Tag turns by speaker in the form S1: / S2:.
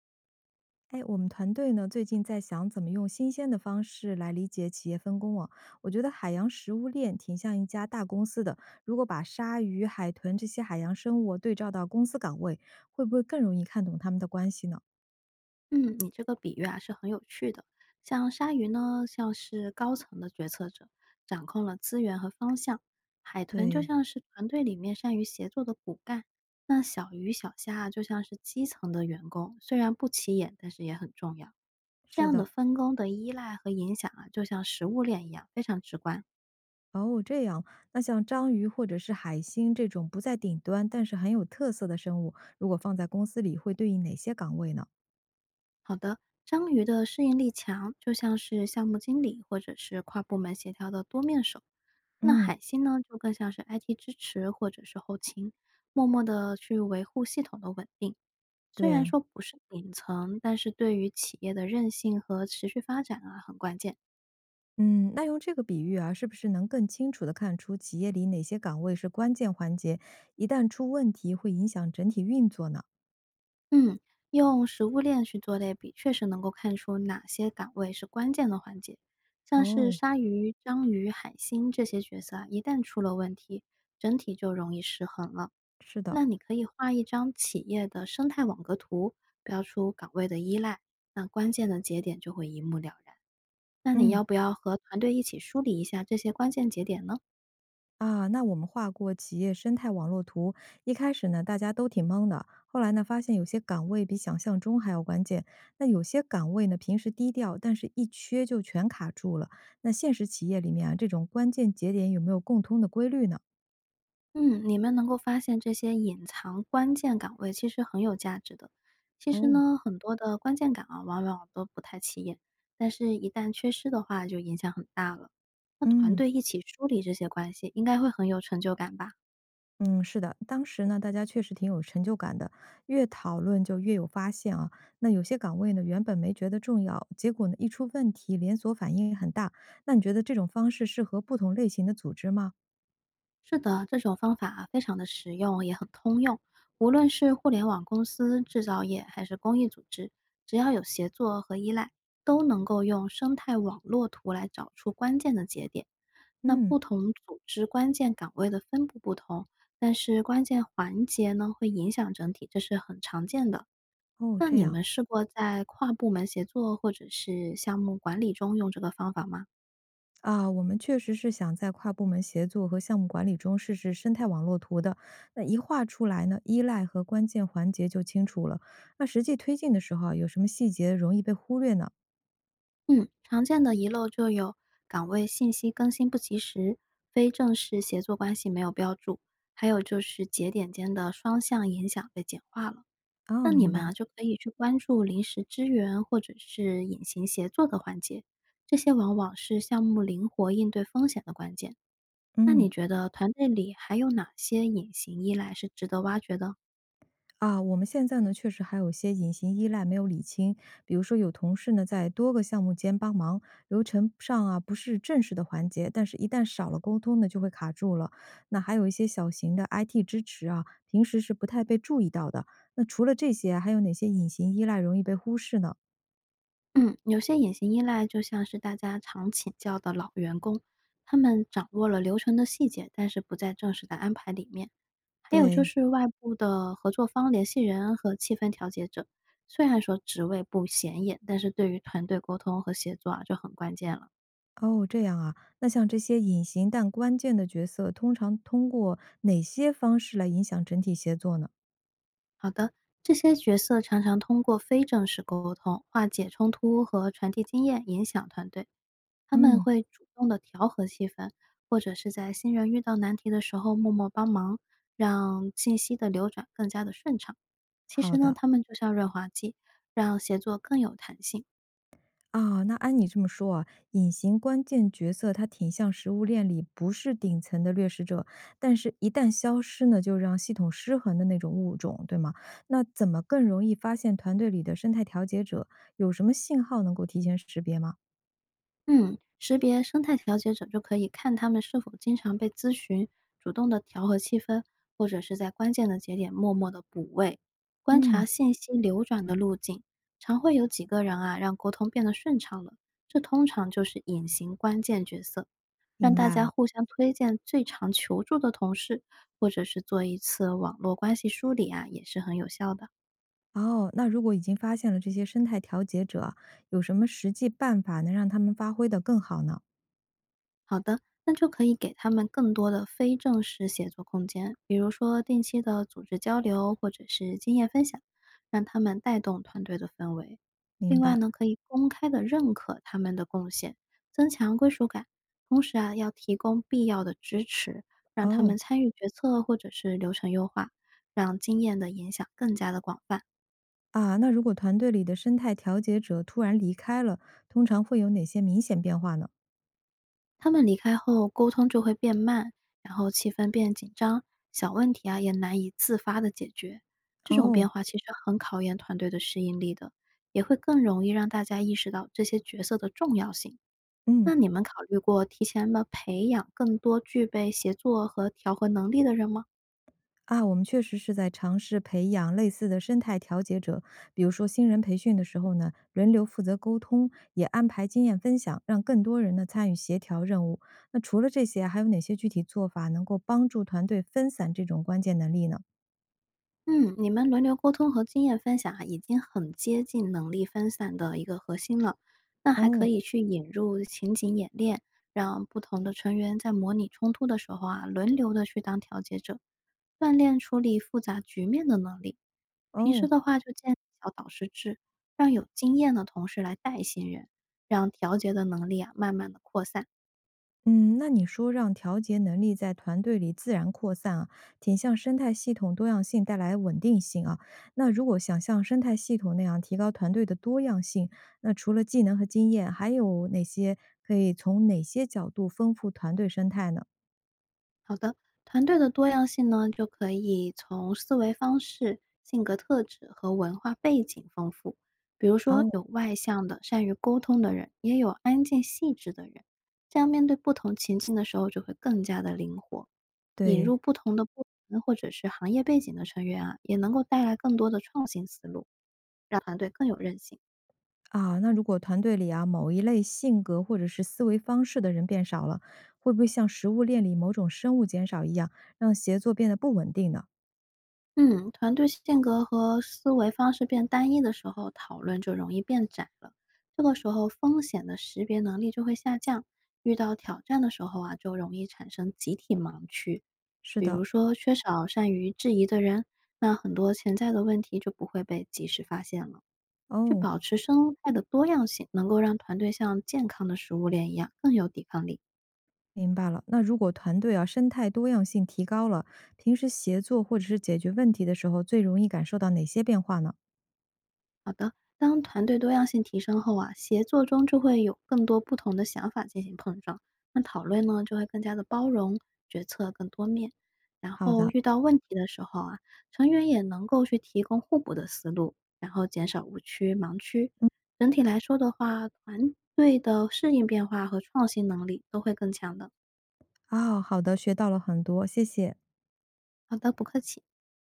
S1: 哎，我们团队呢最近在想怎么用新鲜的方式来理解企业分工啊。我觉得海洋食物链挺像一家大公司的，如果把鲨鱼、海豚这些海洋生物对照到公司岗位，会不会更容易看懂他们的关系呢？
S2: 嗯，你这个比喻啊是很有趣的。像鲨鱼呢，像是高层的决策者，掌控了资源和方向；海豚就
S1: 对，
S2: 像是团队里面善于协作的骨干；那小鱼、小虾啊，就像是基层的员工，虽然不起眼，但是也很重要。这
S1: 是
S2: 样的
S1: 的。
S2: 分工的依赖和影响啊，就像食物链一样，非常直观。
S1: 哦，这样，那像章鱼或者是海星这种不在顶端但是很有特色的生物，如果放在公司里，会对应哪些岗位呢？
S2: 好的，章鱼的适应力强，就像是项目经理或者是跨部门协调的多面手。那
S1: 嗯，
S2: 海星呢，就更像是 IT 支持或者是后勤，默默的去维护系统的稳定。虽然
S1: 对。
S2: 说不是顶层，但是对于企业的韧性和持续发展啊，很关键。
S1: 嗯，那用这个比喻啊，是不是能更清楚地看出企业里哪些岗位是关键环节，一旦出问题会影响整体运作呢？
S2: 嗯，用食物链去做类比，确实能够看出哪些岗位是关键的环节。像是
S1: 哦，
S2: 鲨鱼、章鱼、海星这些角色啊，一旦出了问题，整体就容易失衡了。
S1: 是的，
S2: 那你可以画一张企业的生态网格图，标出岗位的依赖，那关键的节点就会一目了然。那你
S1: 嗯，
S2: 要不要和团队一起梳理一下这些关键节点呢？
S1: 啊，那我们画过企业生态网络图，一开始呢大家都挺懵的，后来呢发现有些岗位比想象中还要关键，那有些岗位呢平时低调，但是一缺就全卡住了。那现实企业里面啊，这种关键节点有没有共通的规律呢？
S2: 嗯，你们能够发现这些隐藏关键岗位其实很有价值的。其实
S1: 哦，
S2: 呢，很多的关键岗啊，往往都不太起眼，但是一旦缺失的话，就影响很大了。那团
S1: 嗯。
S2: 队一起梳理这些关系，应该会很有成就感吧？
S1: 嗯，是的，当时呢，大家确实挺有成就感的，越讨论就越有发现啊。那有些岗位呢，原本没觉得重要，结果呢，一出问题，连锁反应也很大。那你觉得这种方式适合不同类型的组织吗？
S2: 是的，这种方法非常的实用，也很通用。无论是互联网公司、制造业还是公益组织，只要有协作和依赖，都能够用生态网络图来找出关键的节点。那
S1: 嗯，
S2: 不同组织关键岗位的分布不同，但是关键环节呢会影响整体，这是很常见的。
S1: 哦，
S2: 那
S1: 这
S2: 你
S1: 样
S2: 们试过在跨部门协作或者是项目管理中用这个方法吗？
S1: 啊，我们确实是想在跨部门协作和项目管理中试试生态网络图的。那一画出来呢，依赖和关键环节就清楚了。那实际推进的时候啊有什么细节容易被忽略呢？
S2: 嗯，常见的遗漏就有岗位信息更新不及时、非正式协作关系没有标注，还有就是节点间的双向影响被简化了。
S1: 哦，
S2: 那你
S1: 明白，
S2: 们啊，就可以去关注临时支援或者是隐形协作的环节，这些往往是项目灵活应对风险的关键。那
S1: 嗯。
S2: 你觉得团队里还有哪些隐形依赖是值得挖掘的？
S1: 啊，我们现在呢，确实还有些隐形依赖没有理清，比如说有同事呢在多个项目间帮忙，流程上啊不是正式的环节，但是一旦少了沟通呢，就会卡住了。那还有一些小型的 IT 支持啊，平时是不太被注意到的。那除了这些，还有哪些隐形依赖容易被忽视呢？
S2: 嗯，有些隐形依赖就像是大家常请教的老员工，他们掌握了流程的细节，但是不在正式的安排里面。还有就
S1: 对，
S2: 是外部的合作方、联系人和气氛调节者，虽然说职位不显眼，但是对于团队沟通和协作啊就很关键了。
S1: 哦，这样啊，那像这些隐形但关键的角色，通常通过哪些方式来影响整体协作呢？
S2: 好的，这些角色常常通过非正式沟通化解冲突和传递经验，影响团队。他们
S1: 嗯，
S2: 会主动的调和气氛，或者是在新人遇到难题的时候默默帮忙，让信息的流转更加的顺畅。其实
S1: 好
S2: 呢，
S1: 的。
S2: 他们就像润滑剂，让协作更有弹性。
S1: 啊，那按你这么说啊，隐形关键角色它挺像食物链里不是顶层的掠食者，但是一旦消失呢，就让系统失衡的那种物种，对吗？那怎么更容易发现团队里的生态调节者？有什么信号能够提前识别吗？
S2: 嗯，识别生态调节者就可以看他们是否经常被咨询，主动的调和气氛，或者是在关键的节点默默的补位，观察
S1: 嗯，
S2: 信息流转的路径，常会有几个人啊让沟通变得顺畅了。这通常就是隐形关键角色。让
S1: 明
S2: 大
S1: 白
S2: 家
S1: 了。
S2: 互相推荐最常求助的同事，或者是做一次网络关系梳理啊，也是很有效的。
S1: 哦，那如果已经发现了这些生态调节者啊有什么实际办法能让他们发挥得更好呢？
S2: 好的，那就可以给他们更多的非正式写作空间，比如说定期的组织交流或者是经验分享，让他们带动团队的氛围。另
S1: 明
S2: 外
S1: 白。
S2: 呢，可以公开的认可他们的贡献，增强归属感。同时啊，要提供必要的支持，让他
S1: 哦。
S2: 们参与决策或者是流程优化，让经验的影响更加的广泛。
S1: 啊，那如果团队里的生态调节者突然离开了，通常会有哪些明显变化呢？
S2: 他们离开后，沟通就会变慢，然后气氛变紧张，小问题啊也难以自发的解决。这种
S1: 哦，
S2: 变化其实很考验团队的适应力的，也会更容易让大家意识到这些角色的重要性。
S1: 嗯，
S2: 那你们考虑过提前的培养更多具备协作和调和能力的人吗？
S1: 啊，我们确实是在尝试培养类似的生态调节者，比如说新人培训的时候呢，轮流负责沟通，也安排经验分享，让更多人呢参与协调任务。那除了这些，还有哪些具体做法能够帮助团队分散这种关键能力呢？
S2: 嗯，你们轮流沟通和经验分享啊，已经很接近能力分散的一个核心了。那还可
S1: 哦
S2: 以去引入情景演练，让不同的成员在模拟冲突的时候啊，轮流的去当调解者，锻炼处理复杂局面的能力。平时
S1: 哦，
S2: 的话，就建立小导师制，让有经验的同事来带新人，让调节的能力啊慢慢的扩散。
S1: 嗯，那你说让调节能力在团队里自然扩散啊，挺像生态系统多样性带来稳定性啊。那如果想像生态系统那样提高团队的多样性，那除了技能和经验，还有哪些可以从哪些角度丰富团队生态呢？
S2: 好的，团队的多样性呢，就可以从思维方式、性格特质和文化背景丰富。比如说，
S1: 哦，
S2: 有外向的、善于沟通的人，也有安静细致的人。这样面对不同情境的时候，就会更加的灵活。引
S1: 对
S2: 入不同的部门或者是行业背景的成员啊，也能够带来更多的创新思路，让团队更有韧性。
S1: 啊，那如果团队里啊某一类性格或者是思维方式的人变少了，会不会像食物链里某种生物减少一样，让协作变得不稳定呢？
S2: 嗯，团队性格和思维方式变单一的时候，讨论就容易变窄了。这个时候，风险的识别能力就会下降，遇到挑战的时候啊，就容易产生集体盲区。
S1: 是
S2: 比如
S1: 的，
S2: 说，缺少善于质疑的人，那很多潜在的问题就不会被及时发现了。去
S1: 哦。
S2: 保持生态的多样性，能够让团队像健康的食物链一样更有抵抗力。
S1: 明白了。那如果团队啊，生态多样性提高了，平时协作或者是解决问题的时候，最容易感受到哪些变化呢？
S2: 当团队多样性提升后啊，协作中就会有更多不同的想法进行碰撞，那讨论呢就会更加的包容，决策更多面。然
S1: 好
S2: 后
S1: 的，
S2: 遇到问题的时候啊，成员也能够去提供互补的思路，然后减少误区、盲区。整体来说的话，团队的适应变化和创新能力都会更强的。
S1: 啊，好的，学到了很多，谢谢。
S2: 好的，不客气。